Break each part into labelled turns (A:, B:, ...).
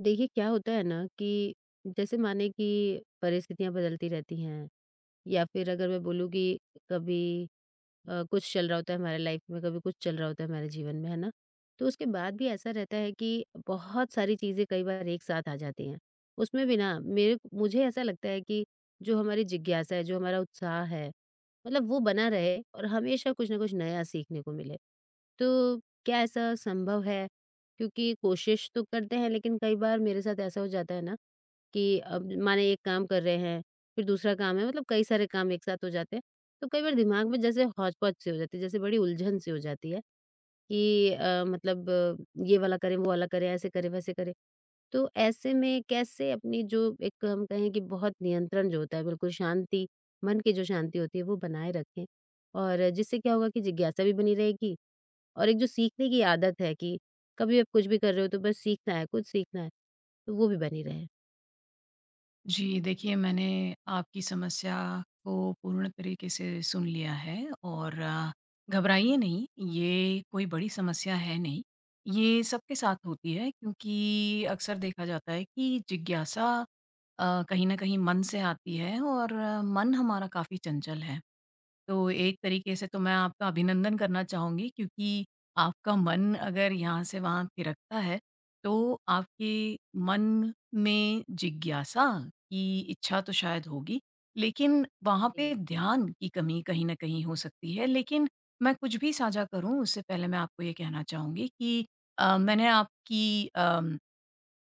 A: देखिए क्या होता है ना कि जैसे माने कि परिस्थितियां बदलती रहती हैं या फिर अगर मैं बोलूँ कि कभी कुछ चल रहा होता है हमारे लाइफ में, कभी कुछ चल रहा होता है हमारे जीवन में, है ना? तो उसके बाद भी ऐसा रहता है कि बहुत सारी चीज़ें कई बार एक साथ आ जाती हैं। उसमें भी ना मेरे मुझे ऐसा लगता है कि जो हमारी जिज्ञासा है, जो हमारा उत्साह है, मतलब वो बना रहे और हमेशा कुछ ना कुछ नया सीखने को मिले। तो क्या ऐसा संभव है? क्योंकि कोशिश तो करते हैं लेकिन कई बार मेरे साथ ऐसा हो जाता है ना कि अब माने एक काम कर रहे हैं, फिर दूसरा काम है मतलब कई सारे काम एक साथ हो जाते हैं। तो कई बार दिमाग में जैसे हौच-पौच सी हो जाती है, जैसे बड़ी उलझन सी हो जाती है कि मतलब ये वाला करें, वो वाला करें, ऐसे करें, वैसे करें। तो ऐसे में कैसे अपनी जो एक हम कहें कि बहुत नियंत्रण जो होता है बिल्कुल शांति, मन की जो शांति होती है वो बनाए रखें और जिससे क्या होगा कि जिज्ञासा भी बनी रहेगी और एक जो सीखने की आदत है कि कभी आप कुछ भी कर रहे हो तो बस सीखना है, कुछ सीखना है, तो वो भी बनी रहे।
B: जी, देखिए मैंने आपकी समस्या को पूर्ण तरीके से सुन लिया है और घबराइए नहीं, ये कोई बड़ी समस्या है नहीं। ये सबके साथ होती है क्योंकि अक्सर देखा जाता है कि जिज्ञासा कहीं न कहीं मन से आती है और मन हमारा काफ़ी चंचल है। तो एक तरीके से तो मैं आपका अभिनंदन करना चाहूँगी क्योंकि आपका मन अगर यहाँ से वहाँ थिरकता है, तो आपके मन में जिज्ञासा की इच्छा तो शायद होगी, लेकिन वहाँ
A: जी,
B: पे ध्यान की कमी कहीं न कहीं हो सकती है। लेकिन मैं कुछ भी साझा करूँ उससे पहले मैं आपको ये कहना चाहूँगी कि मैंने आपकी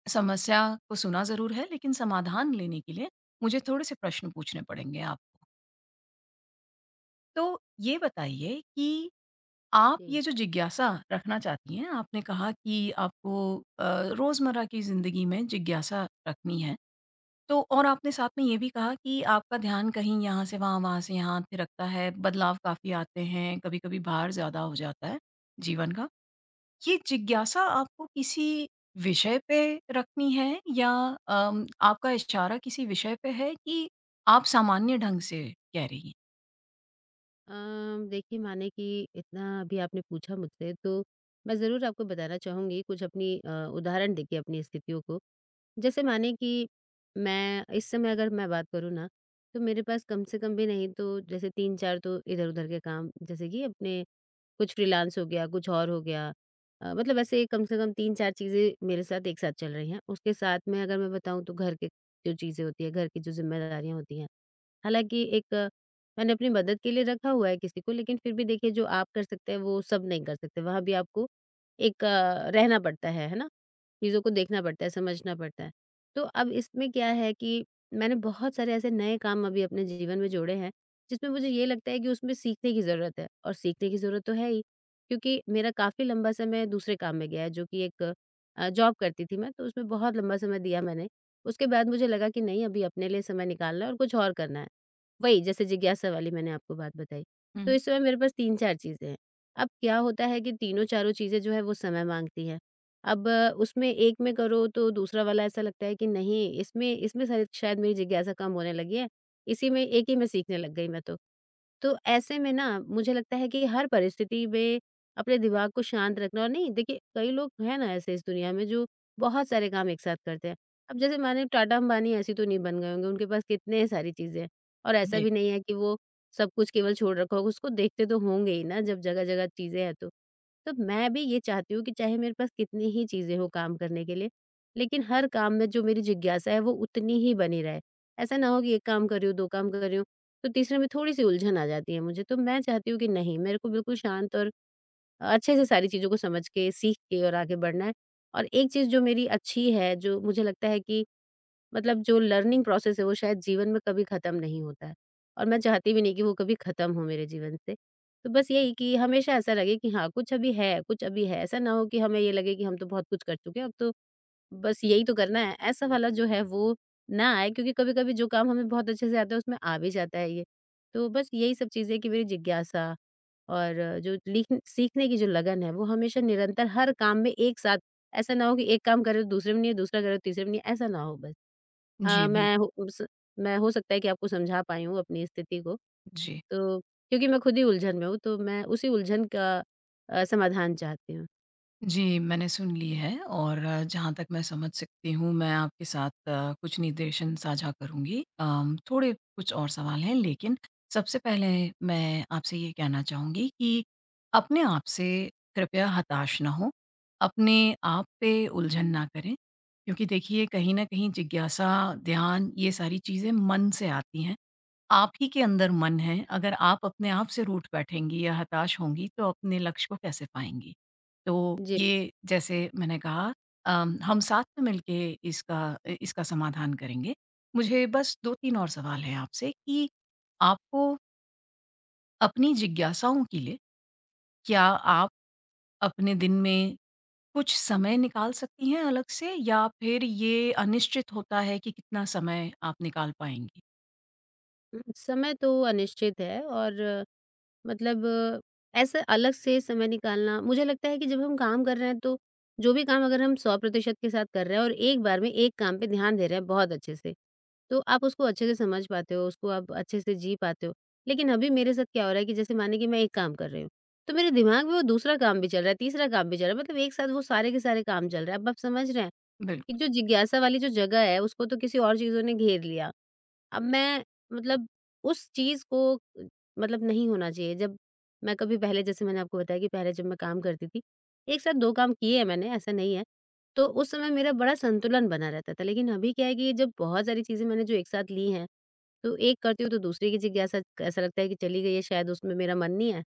B: समस्या को सुना ज़रूर है लेकिन समाधान लेने के लिए मुझे थोड़े-से प्रश्न पूछने पड़ेंगे आपको। तो ये बताइए कि आप
A: जी।
B: ये जो जिज्ञासा रखना चाहती हैं, आपने कहा कि आपको रोज़मर्रा की ज़िंदगी में जिज्ञासा रखनी है। तो और आपने साथ में ये भी कहा कि आपका ध्यान कहीं यहाँ से वहाँ, वहाँ से यहाँ थिरकता है, बदलाव काफ़ी आते हैं, कभी-कभी भार ज़्यादा हो जाता है जीवन का। ये जिज्ञासा आपको किसी विषय पे रखनी है या आपका इशारा किसी विषय पे है कि आप सामान्य ढंग से कह रही हैं?
A: देखिए माने कि इतना अभी आपने पूछा मुझसे तो मैं ज़रूर आपको बताना चाहूँगी कुछ अपनी उदाहरण देखिए अपनी स्थितियों को। जैसे माने कि मैं इस समय अगर मैं बात करूँ ना, तो मेरे पास कम से कम भी नहीं तो जैसे 3-4 तो इधर-उधर के काम, जैसे कि अपने कुछ फ्रीलांस हो गया, कुछ और हो गया। मतलब ऐसे कम से कम 3-4 चीज़ें मेरे साथ एक साथ चल रही हैं। उसके साथ में अगर मैं बताऊँ तो घर के जो चीज़ें होती हैं, घर की जो ज़िम्मेदारियाँ होती हैं, हालाँकि एक मैंने अपनी मदद के लिए रखा हुआ है किसी को, लेकिन फिर भी देखिए जो आप कर सकते हैं वो सब नहीं कर सकते। वहाँ भी आपको एक रहना पड़ता है ना? चीज़ों को देखना पड़ता है, समझना पड़ता है। तो अब इसमें क्या है कि मैंने बहुत सारे ऐसे नए काम अभी अपने जीवन में जोड़े हैं, जिसमें मुझे ये लगता है कि उसमें सीखने की ज़रूरत है, और सीखने की ज़रूरत तो है ही, क्योंकि मेरा काफ़ी लंबा समय दूसरे काम में गया है, जो कि एक जॉब करती थी मैं, तो उसमें बहुत लंबा समय दिया मैंने। उसके बाद मुझे लगा कि नहीं, अभी अपने लिए समय निकालना है और कुछ और करना है। वही, जैसे जिज्ञासा वाली मैंने आपको बात बताई।
B: हुँ,
A: तो
B: हुँ।
A: इस समय मेरे पास 3-4 चीज़ें हैं। अब क्या होता है कि तीनों-चारों चीज़ें जो है वो समय माँगती हैं। अब उसमें एक में करो तो दूसरा वाला ऐसा लगता है कि नहीं, इसमें इसमें शायद शायद मेरी जिज्ञासा कम होने लगी है, इसी में एक ही में सीखने लग गई मैं तो। तो ऐसे में ना मुझे लगता है कि हर परिस्थिति में अपने दिमाग को शांत रखना, और नहीं देखिए, कई लोग हैं ना ऐसे इस दुनिया में जो बहुत सारे काम एक साथ करते हैं। अब जैसे माने टाटा, अंबानी, ऐसी तो नहीं बन गए होंगे, उनके पास कितने सारी चीजें हैं। और ऐसा
B: जी।
A: भी नहीं है कि वो सब कुछ केवल छोड़ रखा होगा, उसको देखते तो होंगे ही ना, जब जगह जगह चीजें हैं। तो मैं भी ये चाहती हूँ कि चाहे मेरे पास कितनी ही चीजें हो काम करने के लिए, लेकिन हर काम में जो मेरी जिज्ञासा है वो उतनी ही बनी रहे। ऐसा ना हो कि एक काम कर रही हूँ, दो काम कर रही हूँ, तो तीसरे में थोड़ी-सी उलझन आ जाती है मुझे। तो मैं चाहती हूँ कि नहीं, मेरे को बिल्कुल शांत और अच्छे से सारी चीज़ों को समझ के, सीख के और आगे बढ़ना है। और एक चीज़ जो मेरी अच्छी है, जो मुझे लगता है कि मतलब जो लर्निंग प्रोसेस है, वो शायद जीवन में कभी ख़त्म नहीं होता है, और मैं चाहती भी नहीं कि वो कभी ख़त्म हो मेरे जीवन से। तो बस यही कि हमेशा ऐसा लगे कि हाँ, कुछ अभी है, कुछ अभी है। ऐसा ना हो कि हमें ये लगे कि हम तो बहुत कुछ कर चुके हैं, अब तो बस यही तो करना है, ऐसा वाला जो है वो ना आए, क्योंकि कभी-कभी जो काम हमें बहुत अच्छे से आता है उसमें आ भी जाता है ये। तो बस यही सब चीज़ें कि मेरी जिज्ञासा, और जो लिख सीखने की जो लगन है वो हमेशा निरंतर हर काम में एक साथ, ऐसा ना हो कि एक काम कर रहे हो दूसरे में नहीं है, दूसरा कर रहे हो तीसरे में नहीं है, ऐसा ना हो बस। अ,
B: जी,
A: मैं
B: बिल्कुल।
A: हो उस मैं हो सकता है कि आपको समझा पाई हूँ अपनी स्थिति को,
B: जी।
A: तो क्योंकि मैं खुद ही उलझन में हूँ, तो मैं उसी उलझन का समाधान चाहती हूँ।
B: जी, मैंने सुन ली है और जहाँ तक मैं समझ सकती हूँ मैं आपके साथ कुछ निर्देशन साझा करूँगी। थोड़े कुछ और सवाल हैं लेकिन सबसे पहले मैं आपसे ये कहना चाहूँगी कि अपने आप से कृपया हताश ना हों, अपने आप पे उलझन ना करें। क्योंकि देखिए कहीं न कहीं जिज्ञासा, ध्यान ये सारी चीज़ें मन से आती हैं। आप ही के अंदर मन है, अगर आप अपने आप से रूठ बैठेंगी या हताश होंगी तो अपने लक्ष्य को कैसे पाएँगी? तो
A: जी।
B: ये जैसे मैंने कहा हम साथ में मिलके इसका इसका समाधान करेंगे। मुझे बस 2-3 और सवाल हैं आपसे कि आपको अपनी जिज्ञासाओं के लिए क्या आप अपने दिन में कुछ समय निकाल सकती हैं अलग से या फिर ये अनिश्चित होता है कि कितना समय आप निकाल पाएँगी?
A: समय तो अनिश्चित है, और मतलब ऐसे अलग से समय निकालना, मुझे लगता है कि जब हम काम कर रहे हैं तो जो भी काम अगर हम 100% के साथ कर रहे हैं और एक बार में एक काम पे ध्यान दे रहे हैं बहुत अच्छे से, तो आप उसको अच्छे से समझ पाते हो, उसको आप अच्छे से जी पाते हो। लेकिन अभी मेरे साथ क्या हो रहा है कि जैसे मानिए कि मैं एक काम कर रही हूँ, तो मेरे दिमाग में वो दूसरा काम भी चल रहा है, तीसरा काम भी चल रहा है, मतलब एक साथ वो सारे के सारे काम चल रहे हैं। अब आप समझ रहे हैं कि
B: बिल्कुल।
A: जो जिज्ञासा वाली जो जगह है, उसको तो किसी और चीज़ों ने घेर लिया। अब मैं मतलब उस चीज़ को मतलब नहीं होना चाहिए, जब मैं कभी पहले, जैसे मैंने आपको बताया कि पहले जब मैं काम करती थी, एक साथ 2 काम किए हैं मैंने, ऐसा नहीं है। तो उस समय मेरा बड़ा संतुलन बना रहता था, लेकिन अभी क्या है कि जब बहुत सारी चीज़ें मैंने जो एक साथ ली हैं, तो एक करती हूँ तो दूसरे की जिज्ञासा ऐसा लगता है कि चली गई है, शायद उसमें मेरा मन नहीं है,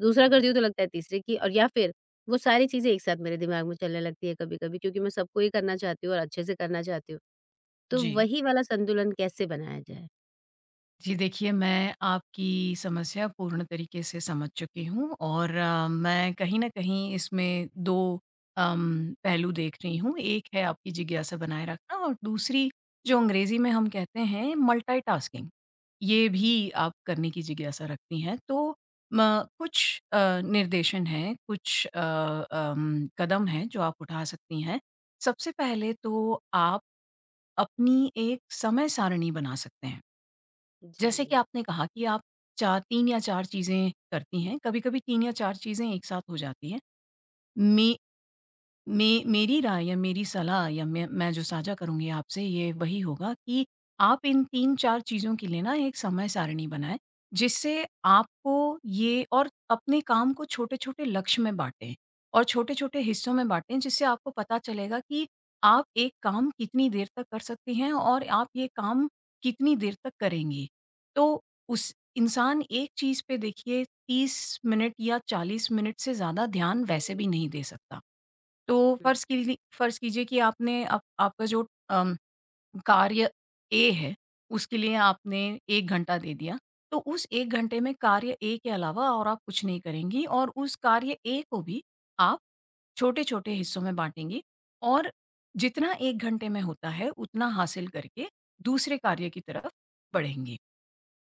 A: दूसरा करती हूँ तो लगता है तीसरे की, और या फिर वो सारी चीज़ें एक साथ मेरे दिमाग में चलने लगती है कभी-कभी, क्योंकि मैं सबको ही करना चाहती हूँ और अच्छे से करना चाहती हूँ। तो
B: जी।
A: वही वाला संतुलन कैसे बनाया जाए?
B: जी, देखिए मैं आपकी समस्या पूर्ण तरीके से समझ चुकी हूँ और मैं कहीं न कहीं इसमें 2 पहलू देख रही हूँ। एक है आपकी जिज्ञासा बनाए रखना और दूसरी जो अंग्रेज़ी में हम कहते हैं मल्टीटास्किंग, ये भी आप करने की जिज्ञासा रखती हैं। तो म कुछ निर्देशन हैं, कुछ कदम हैं जो आप उठा सकती हैं। सबसे पहले तो आप अपनी एक समय सारिणी बना सकते हैं। जैसे
A: जी,
B: कि आपने कहा कि आप 4 3 या 4 चीज़ें करती हैं, कभी-कभी 3 या 4 चीज़ें एक साथ हो जाती हैं। मे मे मेरी राय या मेरी सलाह या मैं जो साझा करूँगी आपसे ये वही होगा कि आप इन 3-4 चीज़ों के लिए ना एक समय सारिणी बनाएँ, जिससे आपको ये और अपने काम को छोटे-छोटे लक्ष्य में बाँटें और छोटे-छोटे हिस्सों में बाँटें जिससे आपको पता चलेगा कि आप एक काम कितनी देर तक कर सकती हैं और आप ये काम कितनी देर तक करेंगी। तो उस इंसान एक चीज़ पे देखिए 30 मिनट या 40 मिनट से ज़्यादा ध्यान वैसे
A: जी।
B: भी नहीं दे सकता। तो
A: हुँ,
B: फ़र्ज़ कीजिए कि आपने आप आपका जो कार्य ए है, उसके लिए आपने 1 घंटा दे दिया। तो उस 1 घंटे में कार्य ए के अलावा और आप कुछ नहीं करेंगी और उस कार्य ए को भी आप छोटे-छोटे हिस्सों में बाँटेंगी और जितना 1 घंटे में होता है, उतना हासिल करके दूसरे कार्य की तरफ बढ़ेंगी।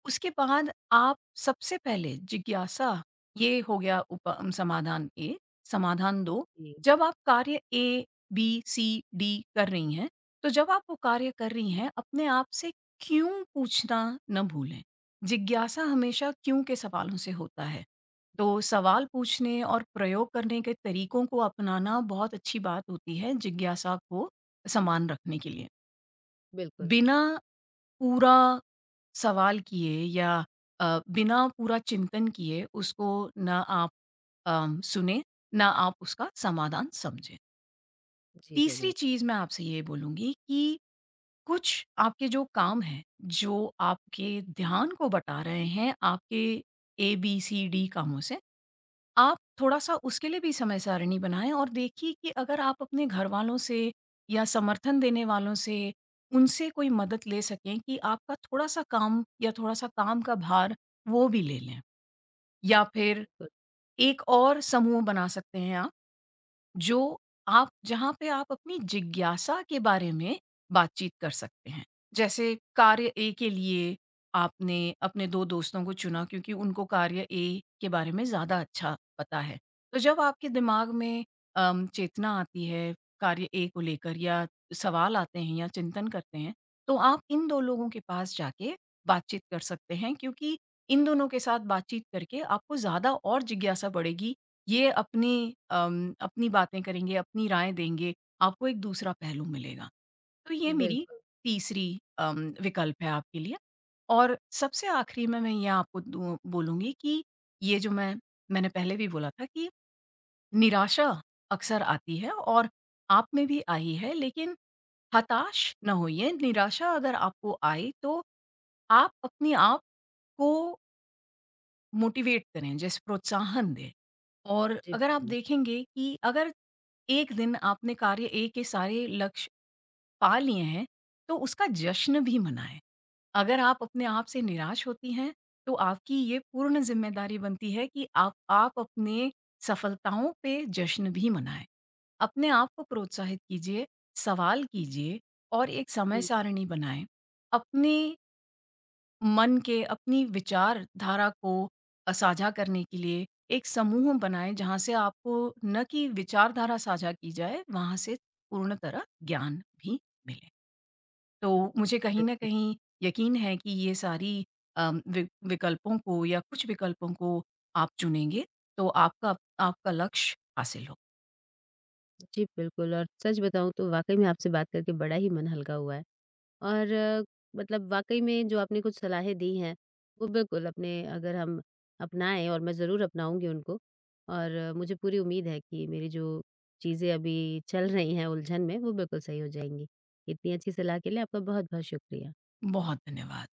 B: उसके बाद आप सबसे पहले जिज्ञासा ये हो गया समाधान ए। समाधान 2,
A: जी,
B: जब आप कार्य ए, बी, सी, डी कर रही हैं, तो जब आप वो कार्य कर रही हैं, अपने आप से क्यों पूछना न भूलें। जिज्ञासा हमेशा क्यों के सवालों से होता है। तो सवाल पूछने और प्रयोग करने के तरीकों को अपनाना बहुत अच्छी बात होती है जिज्ञासा को समान रखने के लिए।
A: बिल्कुल।
B: बिना पूरा सवाल किए या अ, बिना पूरा चिंतन किए उसको ना आप सुने, ना आप उसका समाधान समझें।
A: जी,
B: तीसरी
A: ज़रूर,
B: चीज़ मैं आपसे ये बोलूँगी कि कुछ आपके जो काम हैं, जो आपके ध्यान को बटा रहे हैं आपके ए, बी, सी, डी कामों से आप थोड़ा-सा उसके लिए भी समय सारिणी बनाएँ और देखिए कि अगर आप अपने घरवालों से या समर्थन देने वालों से, उनसे कोई मदद ले सकें कि आपका थोड़ा-सा काम या थोड़ा-सा काम का भार वो भी ले लें। या फिर
A: बिल्कुल,
B: एक और समूह बना सकते हैं आप। जो आप जहाँ पे आप अपनी जिज्ञासा के बारे में बातचीत कर सकते हैं। जैसे कार्य ए के लिए आपने अपने 2 दोस्तों को चुना क्योंकि उनको कार्य ए के बारे में ज़्यादा अच्छा पता है। तो जब आपके दिमाग में चेतना आती है कार्य ए को लेकर या सवाल आते हैं या चिंतन करते हैं, तो आप इन 2 लोगों के पास जाके बातचीत कर सकते हैं क्योंकि इन दोनों के साथ बातचीत करके आपको ज़्यादा और जिज्ञासा बढ़ेगी। ये अपनी बातें करेंगे, अपनी राय देंगे, आपको एक दूसरा पहलू मिलेगा। तो ये मेरी
A: बिल्कुल।
B: तीसरी विकल्प है आपके लिए और सबसे आखिरी में मैं ये आपको दूँ बोलूँगी कि ये जो मैंने पहले भी बोला था कि निराशा अक्सर आती है और आप में भी आई है लेकिन हताश ना होइए, निराशा अगर आपको आए तो आप अपने आप को मोटिवेट करें, जैसे प्रोत्साहन दें। और
A: जी,
B: अगर आप
A: बिल्कुल।
B: देखेंगे कि अगर एक दिन आपने कार्य ए के सारे लक्ष्य पा लिए हैं, तो उसका जश्न भी मनाएँ। अगर आप अपने आप से निराश होती हैं, तो आपकी ये पूर्ण ज़िम्मेदारी बनती है कि आप अपने सफलताओं पे जश्न भी मनाएँ। अपने आप को प्रोत्साहित कीजिए, सवाल कीजिए और एक समय
A: हुँ,
B: सारिणी बनाएँ। अपने मन के अपनी विचारधारा को साझा करने के लिए एक समूह बनाएँ जहाँ से आपको न कि विचारधारा साझा की जाए, वहाँ से पूर्ण तरह ज्ञान भी मिले।
A: हुँ,
B: तो मुझे कहीं न
A: बिल्कुल।
B: कहीं यकीन है कि ये सारी अम, वि विकल्पों को या कुछ विकल्पों को आप चुनेंगे, तो आपका आपका लक्ष्य हासिल हो।
A: जी, बिल्कुल, और सच बताऊँ तो वाक़ई में आपसे बात करके बड़ा ही मन हल्का हुआ है। और मतलब वाक़ई में जो आपने कुछ सलाहें दी हैं, वो बिल्कुल, अपने अगर हम अपनाएँ, और मैं ज़रूर अपनाऊँगी उनको, और मुझे पूरी उम्मीद है कि मेरी जो चीज़ें अभी चल रही हैं उलझन में, वो बिल्कुल सही हो जाएँगी। इतनी अच्छी सलाह के लिए आपका बहुत-बहुत शुक्रिया।
B: बहुत धन्यवाद।